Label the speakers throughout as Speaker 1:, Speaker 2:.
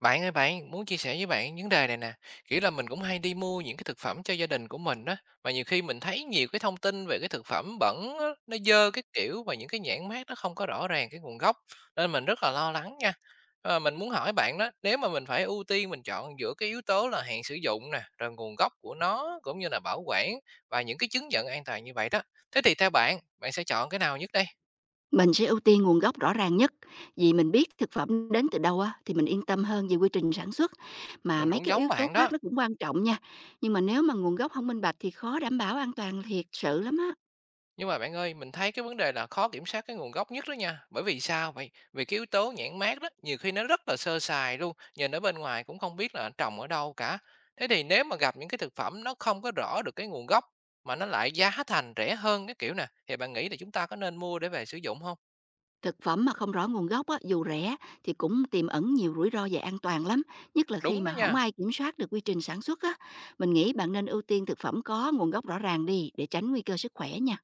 Speaker 1: Bạn ơi bạn, muốn chia sẻ với bạn vấn đề này nè, kiểu là mình cũng hay đi mua những cái thực phẩm cho gia đình của mình đó, mà nhiều khi mình thấy nhiều cái thông tin về cái thực phẩm bẩn á, nó dơ cái kiểu và những cái nhãn mác nó không có rõ ràng cái nguồn gốc, nên mình rất là lo lắng nha. Ờ, mình muốn hỏi bạn đó, nếu mà mình phải ưu tiên mình chọn giữa cái yếu tố là hàng sử dụng nè, rồi nguồn gốc của nó cũng như là bảo quản và những cái chứng nhận an toàn như vậy đó. Thế thì theo bạn, bạn sẽ chọn cái nào nhất đây?
Speaker 2: Mình sẽ ưu tiên nguồn gốc rõ ràng nhất, vì mình biết thực phẩm đến từ đâu á, thì mình yên tâm hơn về quy trình sản xuất. Mà
Speaker 1: Mình
Speaker 2: mấy
Speaker 1: cũng
Speaker 2: cái yếu
Speaker 1: giống
Speaker 2: tố
Speaker 1: bạn
Speaker 2: khoác
Speaker 1: đó.
Speaker 2: nó cũng quan trọng nha, nhưng mà nếu mà nguồn gốc không minh bạch thì khó đảm bảo an toàn thiệt sự lắm á.
Speaker 1: Nhưng mà bạn ơi, mình thấy cái vấn đề là khó kiểm soát cái nguồn gốc nhất đó nha. Bởi vì sao vậy? Vì cái yếu tố nhãn mác đó, nhiều khi nó rất là sơ sài luôn, nhìn ở bên ngoài cũng không biết là trồng ở đâu cả. Thế thì nếu mà gặp những cái thực phẩm nó không có rõ được cái nguồn gốc, mà nó lại giá thành rẻ hơn cái kiểu nè, thì bạn nghĩ là chúng ta có nên mua để về sử dụng không?
Speaker 2: Thực phẩm mà không rõ nguồn gốc á, dù rẻ thì cũng tiềm ẩn nhiều rủi ro về an toàn lắm, nhất là khi
Speaker 1: Đúng đó
Speaker 2: mà không
Speaker 1: nha.
Speaker 2: ai kiểm soát được quy trình sản xuất á. Mình nghĩ bạn nên ưu tiên thực phẩm có nguồn gốc rõ ràng đi, để tránh nguy cơ sức khỏe nha.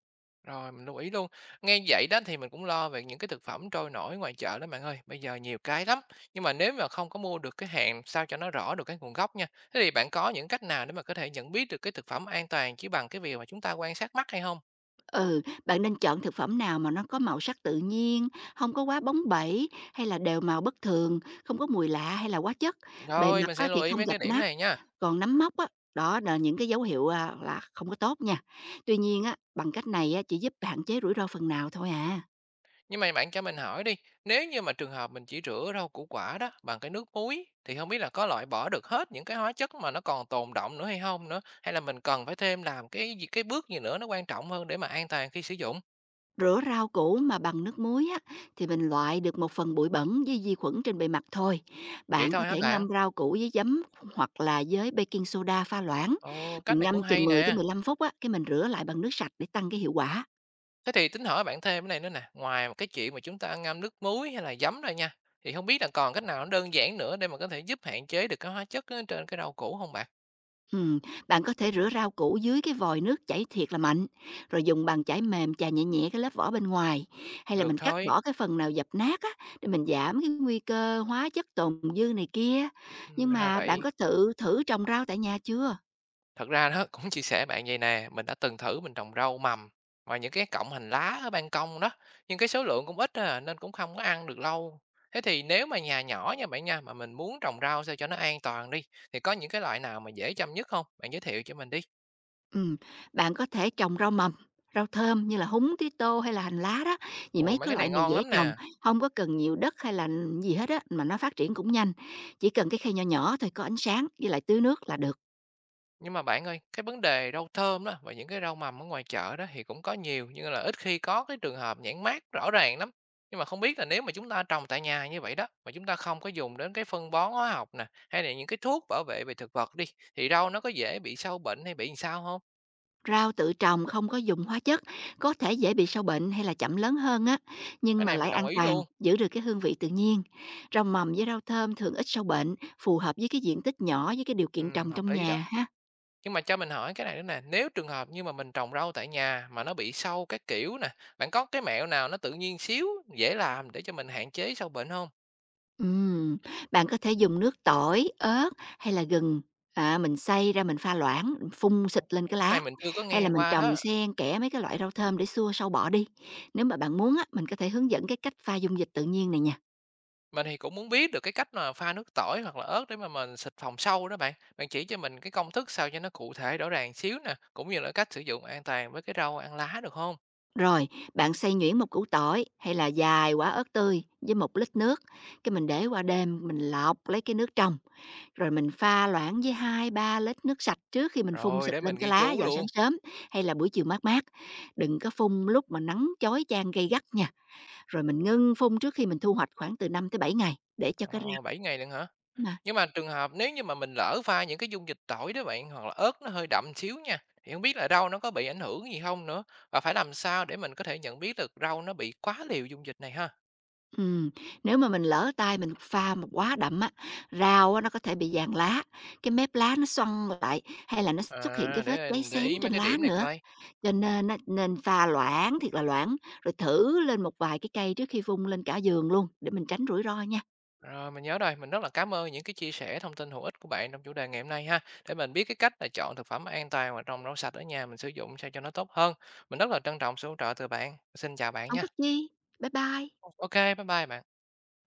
Speaker 1: Rồi, mình lưu ý luôn. Nghe vậy đó thì mình cũng lo về những cái thực phẩm trôi nổi ngoài chợ đó bạn ơi. Bây giờ nhiều cái lắm. Nhưng mà nếu mà không có mua được cái hàng sao cho nó rõ được cái nguồn gốc nha. Thế thì bạn có những cách nào để mà có thể nhận biết được cái thực phẩm an toàn chỉ bằng cái việc mà chúng ta quan sát mắt hay không?
Speaker 2: Ừ, bạn nên chọn thực phẩm nào mà nó có màu sắc tự nhiên, không có quá bóng bẩy hay là đều màu bất thường, không có mùi lạ hay là quá chất. Bề
Speaker 1: Rồi,
Speaker 2: mặt
Speaker 1: mình
Speaker 2: á
Speaker 1: sẽ lưu
Speaker 2: thì
Speaker 1: ý
Speaker 2: không
Speaker 1: mấy
Speaker 2: dập
Speaker 1: cái điểm
Speaker 2: nát,
Speaker 1: này nha.
Speaker 2: còn nấm mốc á, đó là những cái dấu hiệu, là không có tốt nha. Tuy nhiên á, bằng cách này á, chỉ giúp hạn chế rủi ro phần nào thôi à.
Speaker 1: Nhưng mà bạn cho mình hỏi đi, nếu như mà trường hợp mình chỉ rửa rau củ quả đó bằng cái nước muối thì không biết là có loại bỏ được hết những cái hóa chất mà nó còn tồn đọng nữa hay không nữa, hay là mình cần phải thêm làm cái bước gì nữa nó quan trọng hơn để mà an toàn khi sử dụng?
Speaker 2: Rửa rau củ mà bằng nước muối á, thì mình loại được một phần bụi bẩn với vi khuẩn trên bề mặt thôi.
Speaker 1: Vậy
Speaker 2: Bạn có
Speaker 1: thôi hả
Speaker 2: thể
Speaker 1: bạn?
Speaker 2: ngâm rau củ với giấm hoặc là với baking soda pha loãng.
Speaker 1: Ồ, cách
Speaker 2: Mình
Speaker 1: này cũng
Speaker 2: ngâm chừng
Speaker 1: hay
Speaker 2: 10 tới
Speaker 1: nè.
Speaker 2: 15 phút á, cái mình rửa lại bằng nước sạch để tăng cái hiệu quả.
Speaker 1: Thế thì tính hỏi bạn thêm cái này nữa nè, ngoài một cái chuyện mà chúng ta ngâm nước muối hay là giấm ra nha, thì không biết là còn cách nào nó đơn giản nữa để mà có thể giúp hạn chế được cái hóa chất á trên cái rau củ không bạn?
Speaker 2: Ừm, Bạn có thể rửa rau củ dưới cái vòi nước chảy thiệt là mạnh, rồi dùng bàn chải mềm chà nhẹ nhẹ cái lớp vỏ bên ngoài, hay là
Speaker 1: Được
Speaker 2: mình cắt
Speaker 1: thôi,
Speaker 2: bỏ cái phần nào dập nát á, để mình giảm cái nguy cơ hóa chất tồn dư này kia. Nhưng
Speaker 1: ra
Speaker 2: mà bạn
Speaker 1: vậy.
Speaker 2: có tự thử trồng rau tại nhà chưa?
Speaker 1: Thật ra đó, cũng chia sẻ bạn vậy nè, mình đã từng thử mình trồng rau mầm và những cái cọng hành lá ở ban công đó, nhưng cái số lượng cũng ít à, nên cũng không có ăn được lâu. Thế thì nếu mà nhà nhỏ nha bạn nha, mà mình muốn trồng rau sao cho nó an toàn đi, thì có những cái loại nào mà dễ chăm nhất không, Bạn giới thiệu cho mình đi.
Speaker 2: Ừm, Bạn có thể trồng rau mầm, rau thơm như là húng, tía tô hay là hành lá đó, vì
Speaker 1: Ồ,
Speaker 2: mấy
Speaker 1: mấy
Speaker 2: cái
Speaker 1: cái
Speaker 2: loại
Speaker 1: này
Speaker 2: này
Speaker 1: ngon
Speaker 2: dễ
Speaker 1: lắm
Speaker 2: trồng,
Speaker 1: nè.
Speaker 2: không có cần nhiều đất hay là gì hết á, mà nó phát triển cũng nhanh. Chỉ cần cái khay nhỏ nhỏ thôi, có ánh sáng với lại tưới nước là được.
Speaker 1: Nhưng mà bạn ơi, cái vấn đề rau thơm đó và những cái rau mầm ở ngoài chợ đó thì cũng có nhiều, nhưng là ít khi có cái trường hợp nhãn mác rõ ràng lắm. Nhưng mà không biết là nếu mà chúng ta trồng tại nhà như vậy đó, mà chúng ta không có dùng đến cái phân bón hóa học nè, hay là những cái thuốc bảo vệ về thực vật đi, thì rau nó có dễ bị sâu bệnh hay bị làm sao không?
Speaker 2: Rau tự trồng không có dùng hóa chất, có thể dễ bị sâu bệnh hay là chậm lớn hơn á, nhưng
Speaker 1: Cái
Speaker 2: mà
Speaker 1: này
Speaker 2: lại
Speaker 1: mình đồng
Speaker 2: an
Speaker 1: ý
Speaker 2: toàn,
Speaker 1: luôn.
Speaker 2: giữ được cái hương vị tự nhiên. Rau mầm với rau thơm thường ít sâu bệnh, phù hợp với cái diện tích nhỏ với cái điều
Speaker 1: Ừ,
Speaker 2: kiện trồng
Speaker 1: hợp
Speaker 2: trong
Speaker 1: lý đó.
Speaker 2: nhà ha.
Speaker 1: Nhưng mà cho mình hỏi cái này nữa nè, nếu trường hợp như mà mình trồng rau tại nhà mà nó bị sâu các kiểu nè, bạn có cái mẹo nào nó tự nhiên xíu, dễ làm để cho mình hạn chế sâu bệnh không?
Speaker 2: Ừm, Bạn có thể dùng nước tỏi, ớt hay là gừng, mình xay ra mình pha loãng, mình phun xịt lên cái
Speaker 1: Cái
Speaker 2: lá,
Speaker 1: này mình chưa có
Speaker 2: hay là
Speaker 1: nghe
Speaker 2: mình
Speaker 1: qua
Speaker 2: trồng
Speaker 1: đó.
Speaker 2: xen kẽ mấy cái loại rau thơm để xua sâu bọ đi. Nếu mà bạn muốn á, mình có thể hướng dẫn cái cách pha dung dịch tự nhiên này nha.
Speaker 1: Mình thì cũng muốn biết được cái cách mà pha nước tỏi hoặc là ớt để mà mình xịt phòng sâu đó bạn. Bạn chỉ cho mình cái công thức sao cho nó cụ thể rõ ràng xíu nè, cũng như là cách sử dụng an toàn với cái rau ăn lá được không?
Speaker 2: Rồi, bạn xay nhuyễn một củ tỏi hay là vài quả ớt tươi với 1 lít nước, cái mình để qua đêm mình lọc lấy cái nước trong. Rồi mình pha loãng với hai ba lít nước sạch trước khi mình phun
Speaker 1: Rồi
Speaker 2: xịt
Speaker 1: để
Speaker 2: lên
Speaker 1: mình
Speaker 2: cái
Speaker 1: ghi
Speaker 2: lá
Speaker 1: chú
Speaker 2: vào sáng
Speaker 1: luôn.
Speaker 2: sớm hay là buổi chiều mát mát. Đừng có phun lúc mà nắng chói chang gay gắt nha. Rồi mình ngưng phun trước khi mình thu hoạch khoảng từ 5 tới 7 ngày để cho cái
Speaker 1: Ờ,
Speaker 2: rau
Speaker 1: 7 ngày luôn hả?
Speaker 2: mà.
Speaker 1: Nhưng mà trường hợp nếu như mà mình lỡ pha những cái dung dịch tỏi đó bạn hoặc là ớt nó hơi đậm xíu nha, thì không biết là rau nó có bị ảnh hưởng gì không nữa, và phải làm sao để mình có thể nhận biết được rau nó bị quá liều dung dịch này ha.
Speaker 2: Ừm, Nếu mà mình lỡ tay mình pha mà quá đậm á, rau á nó có thể bị vàng lá, cái mép lá nó xoăn lại hay là nó xuất hiện cái
Speaker 1: À,
Speaker 2: vết
Speaker 1: để
Speaker 2: cháy
Speaker 1: mình để
Speaker 2: xém
Speaker 1: ý mấy
Speaker 2: trên
Speaker 1: cái
Speaker 2: lá
Speaker 1: điểm này
Speaker 2: nữa.
Speaker 1: coi.
Speaker 2: Cho nên á, nên pha loãng thiệt là loãng, rồi thử lên một vài cái cây trước khi vung lên cả giường luôn để mình tránh rủi ro nha.
Speaker 1: Rồi, mình nhớ rồi, mình rất là cảm ơn những cái chia sẻ thông tin hữu ích của bạn trong chủ đề ngày hôm nay ha, để mình biết cái cách là chọn thực phẩm an toàn và trồng rau sạch ở nhà mình sử dụng sao cho nó tốt hơn. Mình rất là trân trọng sự hỗ trợ từ bạn. Xin chào bạn
Speaker 2: Hông
Speaker 1: nha.
Speaker 2: có chi. Bye bye.
Speaker 1: Ok, bye bye bạn.